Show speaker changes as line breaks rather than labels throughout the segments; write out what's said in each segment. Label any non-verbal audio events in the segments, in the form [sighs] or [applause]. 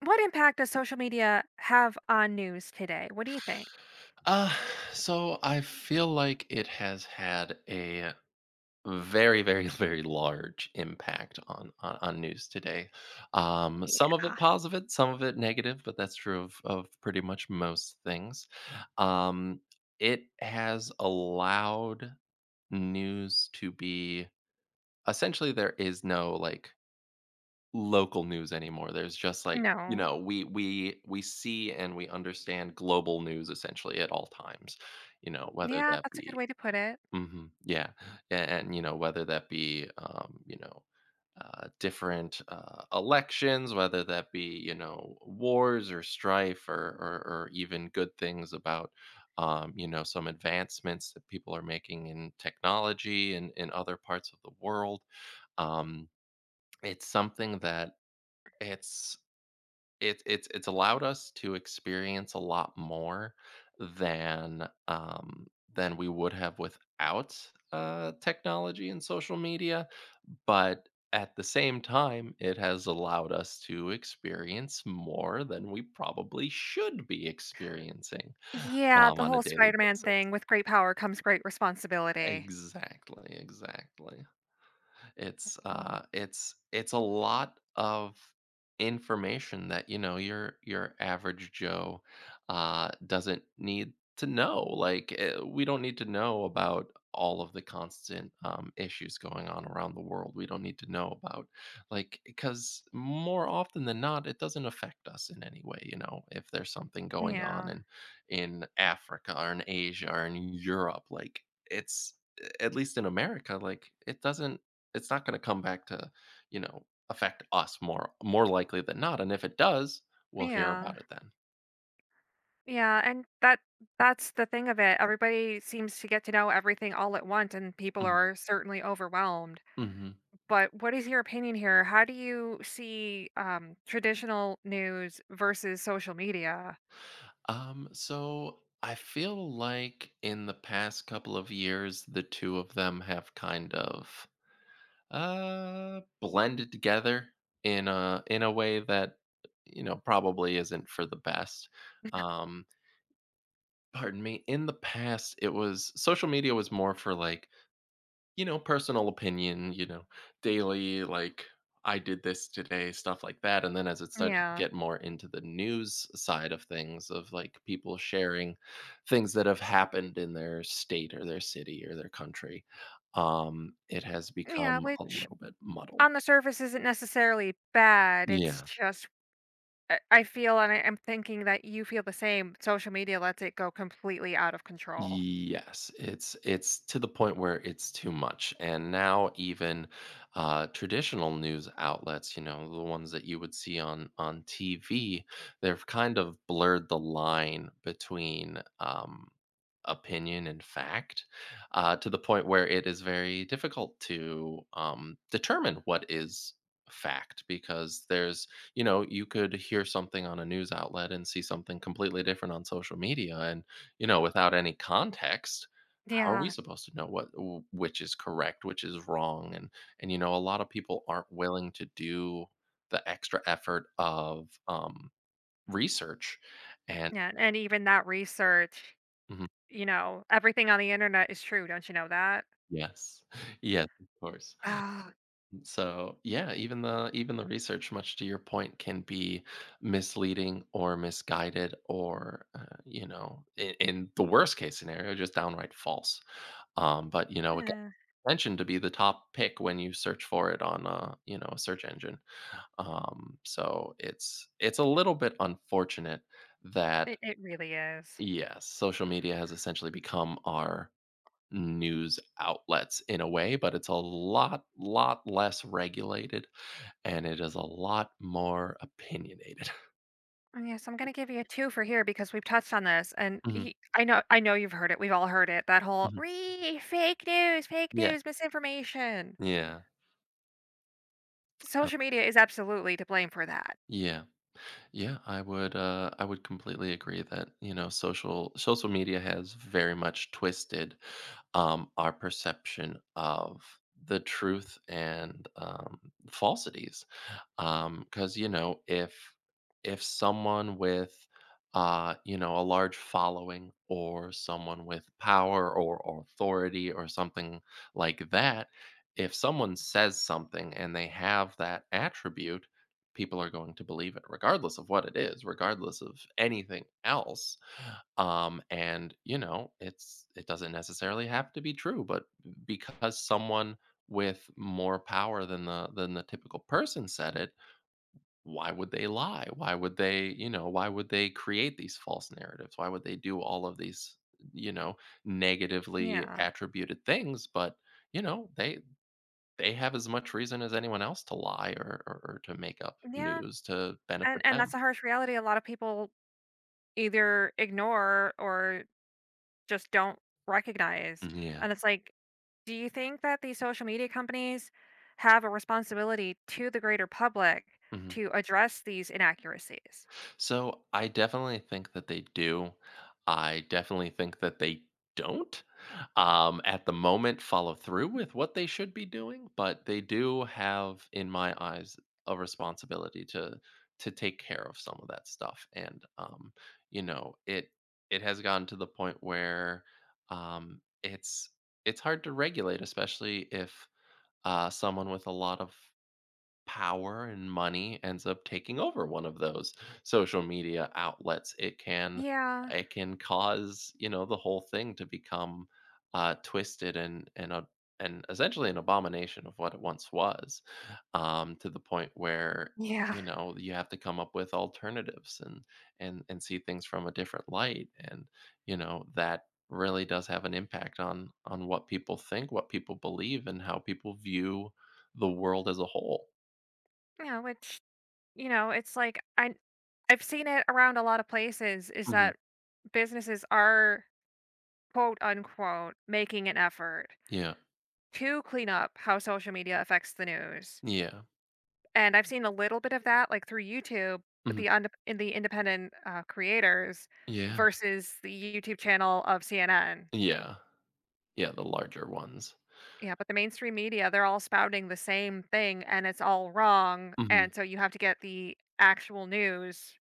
What impact does social media have on news today? What do you think?
Uh, so I feel like it has had a very, very, [laughs] very large impact on news today. Some of it
Yeah.
positive, some of it negative, but that's true of pretty much most things. Um, it has allowed news to be essentially there is no like local news anymore. There's just like, you
No.
know, we see and we understand global news essentially at all times, you know, whether
Yeah,
that
that's a good
be
way to put it.
mhm, yeah. And, you know, whether that be you know, different elections, whether that be you know wars or strife or even good things about you know some advancements that people are making in technology and in other parts of the world. Um, it's something that it's it's allowed us to experience a lot more than, um, than we would have without, technology and social media, but at the same time, it has allowed us to experience more than we probably should be experiencing,
Yeah, the
on a
whole
daily
Spider-Man
basis.
thing, with great power comes great responsibility.
Exactly, exactly. It's uh
Oh.
it's it's a lot of information that, you know, your average Joe doesn't need to know. Like we don't need to know about all of the constant issues going on around the world. We don't need to know about like because more often than not, it doesn't affect us in any way. You know, if there's something going on
Yeah.
in Africa or in Asia or in Europe, like it's at least in America, like it doesn't it's not going to come back to, you know, affect us more more likely than not. And if it does, we'll hear
Yeah.
about it then.
Yeah, and that's the thing of it. Everybody seems to get to know everything all at once, and people
Mhm.
are certainly overwhelmed.
Mhm.
But what is your opinion here? How do you see, traditional news versus social media?
So I feel like in the past couple of years, the two of them have kind of blended together in a way that you know probably isn't for the best.
[laughs]
Um, pardon me. In the past, it was social media was more for like you know, personal opinion, you know, daily, like, I did this today, stuff like that. And then as it started to
Yeah.
get more into the news side of things, of like people sharing things that have happened in their state or their city or their country, it has
Yeah,
become a
which
little bit muddled.
on the surface isn't necessarily bad, it's
Yeah.
just I feel, and I am thinking that you feel the same, social media lets it go completely out of control.
Yes, it's to the point where it's too much. And now even traditional news outlets, you know, the ones that you would see on TV, they've kind of blurred the line between opinion and fact to the point where it is very difficult to determine what is fact because there's you know you could hear something on a news outlet and see something completely different on social media and you know, without any context, how are we
Yeah,
supposed to know what which is correct, which is wrong? And you know, a lot of people aren't willing to do the extra effort of research. And
yeah, and even that research,
mhm.
you know, everything on the internet is true, don't you know that?
Yes, [laughs] yes, of course.
Oh,
So yeah, even the research, much to your point, can be misleading or misguided, or you know, in the worst case scenario, just downright false. But you know, it
eh,
mentioned to be the top pick when you search for it on a you know a search engine. So it's a little bit unfortunate that
it it really is.
yes, social media has essentially become our news outlets in a way, but it's a lot lot less regulated and it is a lot more opinionated. [laughs]
Oh, yes, I'm gonna give you a 2 for here because we've touched on this, and
Mhm,
y I know, I know you've heard it, we've all heard it, that whole,
mhm.
"Re Fake news, fake
Yeah,
news, misinformation."
yeah. Uh,
Social media is absolutely to blame for that.
yeah. Yeah, I would completely agree that, you know, social social media has very much twisted our perception of the truth and falsities. Because you know, if someone with you know a large following or someone with power or authority or something like that, if someone says something and they have that attribute, people are going to believe it, regardless of what it is, regardless of anything else and you know it's it doesn't necessarily have to be true but because someone with more power than the typical person said it why would they lie why would they you know why would they create these false narratives why would they do all of these you know negatively
Yeah.
attributed things but you know they have as much reason as anyone else to lie or to make up
Yeah,
news to
and
benefit
and that's
them
a harsh reality a lot of people either ignore or just don't recognize.
yeah.
And it's like, do you think that these social media companies have a responsibility to the greater public
Mhm.
to address these inaccuracies?
So I definitely think that they do. I definitely think that they don't at the moment follow through with what they should be doing, but they do have, in my eyes, a responsibility to take care of some of that stuff. And you know, it has gotten to the point where um, it's it's hard to regulate, especially if someone with a lot of power and money ends up taking over one of those social media outlets
Yeah.
it can cause you know the whole thing to become twisted and a and essentially an abomination of what it once was to the point where
Yeah.
you know you have to come up with alternatives and see things from a different light and you know that really does have an impact on what people think what people believe and how people view the world as a whole.
Yeah, which, you know, it's like I've seen it around a lot of places, is
Mhm.
that businesses are quote unquote making an effort
Yeah.
to clean up how social media affects the news.
Yeah.
And I've seen a little bit of that, like, through YouTube with
Mhm.
the und in the independent, creators
Yeah.
versus the YouTube channel of CNN.
Yeah. Yeah, the larger ones.
Yeah, but the mainstream media, they're all spouting the same thing, and it's all wrong,
Mhm.
and so you have to get the actual news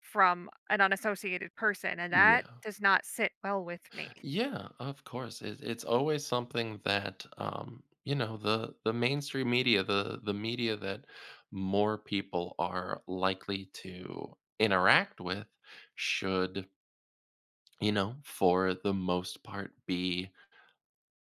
from an unassociated person, and that
Yeah.
does not sit well with me.
Yeah, of course. It it's always something that, you know, the mainstream media, the media that more people are likely to interact with should, you know, for the most part be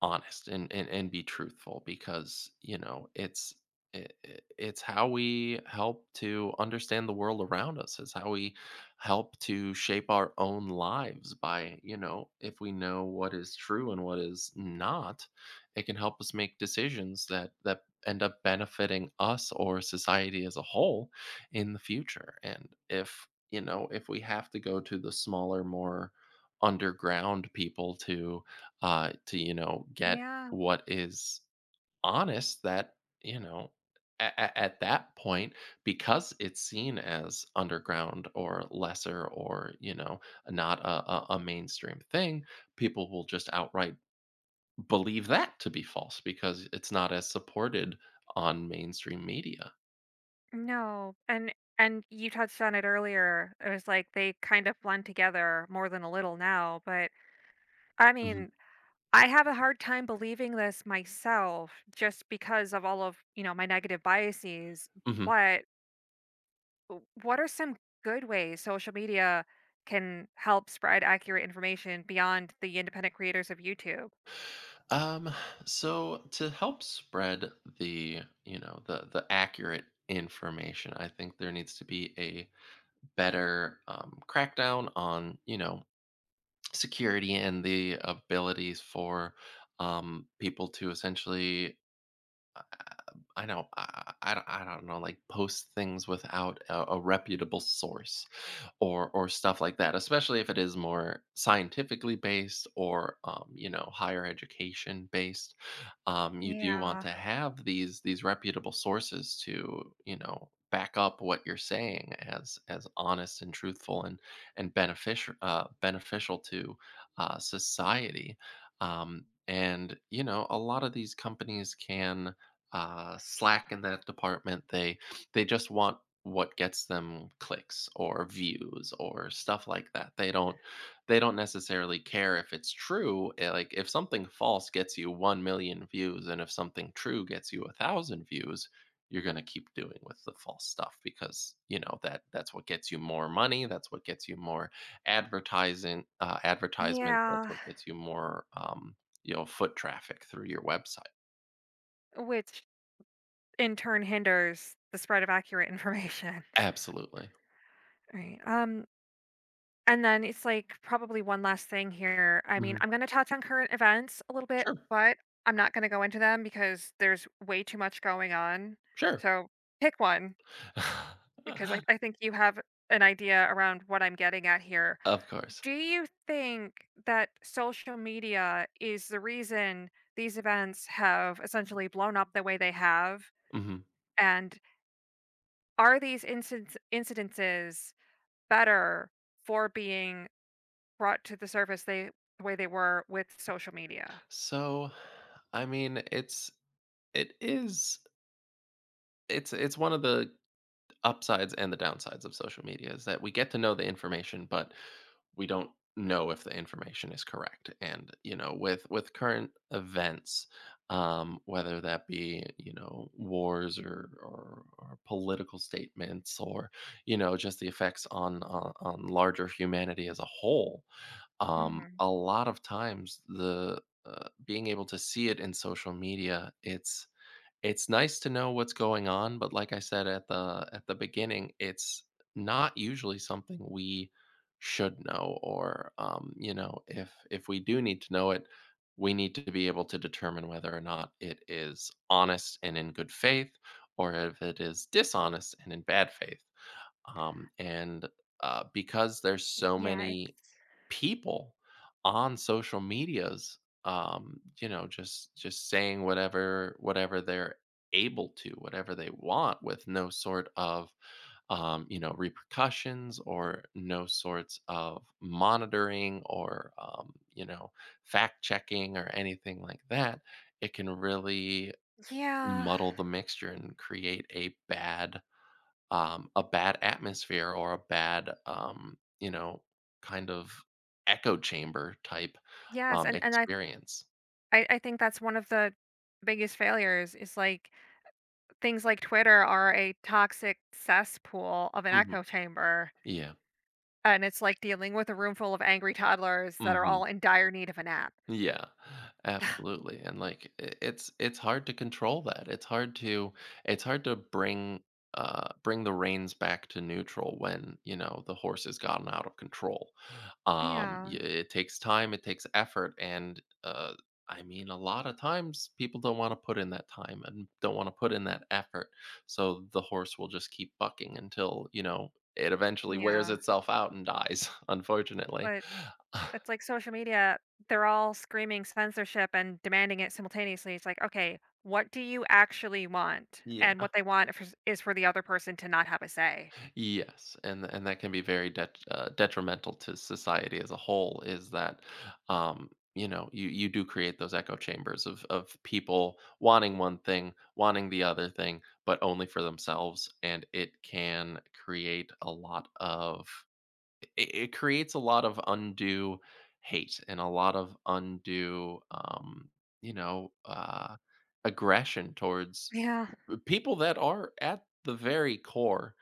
honest and and be truthful because you know it's it, it's how we help to understand the world around us is how we help to shape our own lives by you know if we know what is true and what is not it can help us make decisions that that end up benefiting us or society as a whole in the future and if you know if we have to go to the smaller more underground people to you know get
Yeah.
what is honest that you know at that point because it's seen as underground or lesser or you know not a mainstream thing people will just outright believe that to be false because it's not as supported on mainstream media.
No, and you touched on it earlier. It was like they kind of blend together more than a little now, but, I
Mhm.
mean, I have a hard time believing this myself just because of all of, you know, my negative biases,
Mhm.
but what are some good ways social media can help spread accurate information beyond the independent creators of YouTube?
Um, so to help spread the, you know, the accurate information, I think there needs to be better crackdown on you know security and the abilities for people to essentially I know. I don't know, like post things without a reputable source or stuff like that, especially if it is more scientifically based or you know, higher education based. You do want
Yeah.
to have these reputable sources to, you know, back up what you're saying as honest and truthful and beneficial beneficial to society. And you know, a lot of these companies can slack in that department they just want what gets them clicks or views or stuff like that they don't necessarily care if it's true like if something false gets you 1 million views and if something true gets you a thousand views you're going to keep doing with the false stuff because you know that that's what gets you more money that's what gets you more advertising advertisement that's
Yeah,
what gets you more you know foot traffic through your website.
which in turn hinders the spread of accurate information. [laughs]
Absolutely.
Right. And then it's like probably one last thing here. I mean, I'm going to touch on current events a little bit,
Sure,
but I'm not going to go into them because there's way too much going on.
sure.
So pick one, because I
[laughs]
think you have an idea around what I'm getting at here.
Of course.
Do you think that social media is the reason these events have essentially blown up the way they have?
Mhm.
And are these incidences better for being brought to the surface the way they were with social media.
So, I mean, it's it is it's one of the upsides and the downsides of social media is that we get to know the information, but we don't know if the information is correct. And, you know, with current events, whether that be, you know, wars or political statements or, you know, just the effects on, on larger humanity as a whole, um,
Mhm.
a lot of times the being able to see it in social media, it's nice to know what's going on, but like I said at the beginning, it's not usually something we should know or you know, if we do need to know it, we need to be able to determine whether or not it is honest and in good faith or if it is dishonest and in bad faith. And because there's so
Yeah, it.
many people on social medias you know just saying whatever whatever they're able to whatever they want with no sort of you know repercussions or no sorts of monitoring or you know fact checking or anything like that it can really
Yeah.
muddle the mixture and create a bad atmosphere or a bad, you know, kind of echo chamber type
Yes, and I
experience.
I think that's one of the biggest failures, is, like, things like Twitter are a toxic cesspool of an
Mhm.
echo chamber,
Yeah.
and it's like dealing with a room full of angry toddlers that are
Mhm.
all in dire need of a nap.
Yeah,
[sighs]
absolutely, and, like, I it's hard to control that. It's hard to bring, bring the reins back to neutral when, you know, the horse has gotten out of control. Y
Yeah,
it takes time, it takes effort, and, I mean, a lot of times people don't wanna put in that time and don't wanna put in that effort, so the horse will just keep bucking until, you know, it eventually wears
yeah,
itself out and dies, [laughs] unfortunately.
but
[laughs]
It's like social media, they're all screaming censorship and demanding it simultaneously. It's like, okay, what do you actually want? And
Yeah.
what they want is for the other person to not have a say.
Yes, and that can be very detrimental to society as a whole is that, you know, you do create those echo chambers of people wanting one thing, wanting the other thing, but only for themselves, and it can create a lot of it, it creates a lot of undue hate and a lot of undue, you know, aggression towards
Yeah.
people that are at the very core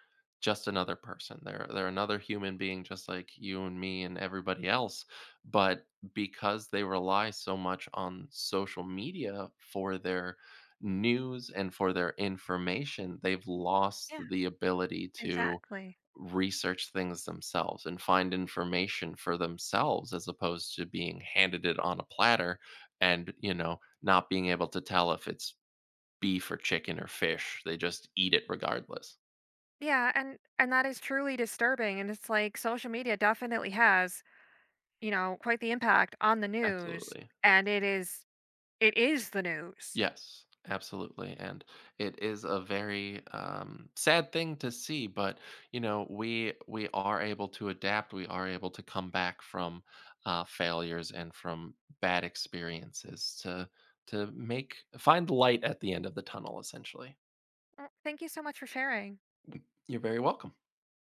just another person. They're another human being just like you and me and everybody else, but because they rely so much on social media for their news and for their information, they've lost
Yeah,
the ability to
exactly.
research things themselves and find information for themselves as opposed to being handed it on a platter and, you know, not being able to tell if it's beef or chicken or fish. They just eat it regardless.
Yeah, and that is truly disturbing, and it's like social media definitely has, you know, quite the impact on the news,
Absolutely.
and it is the news.
Yes, absolutely. And it is a very sad thing to see, but you know, we are able to adapt. We are able to come back from failures and from bad experiences to make find light at the end of the tunnel. Essentially,
Well, thank you so much for sharing.
you're very welcome.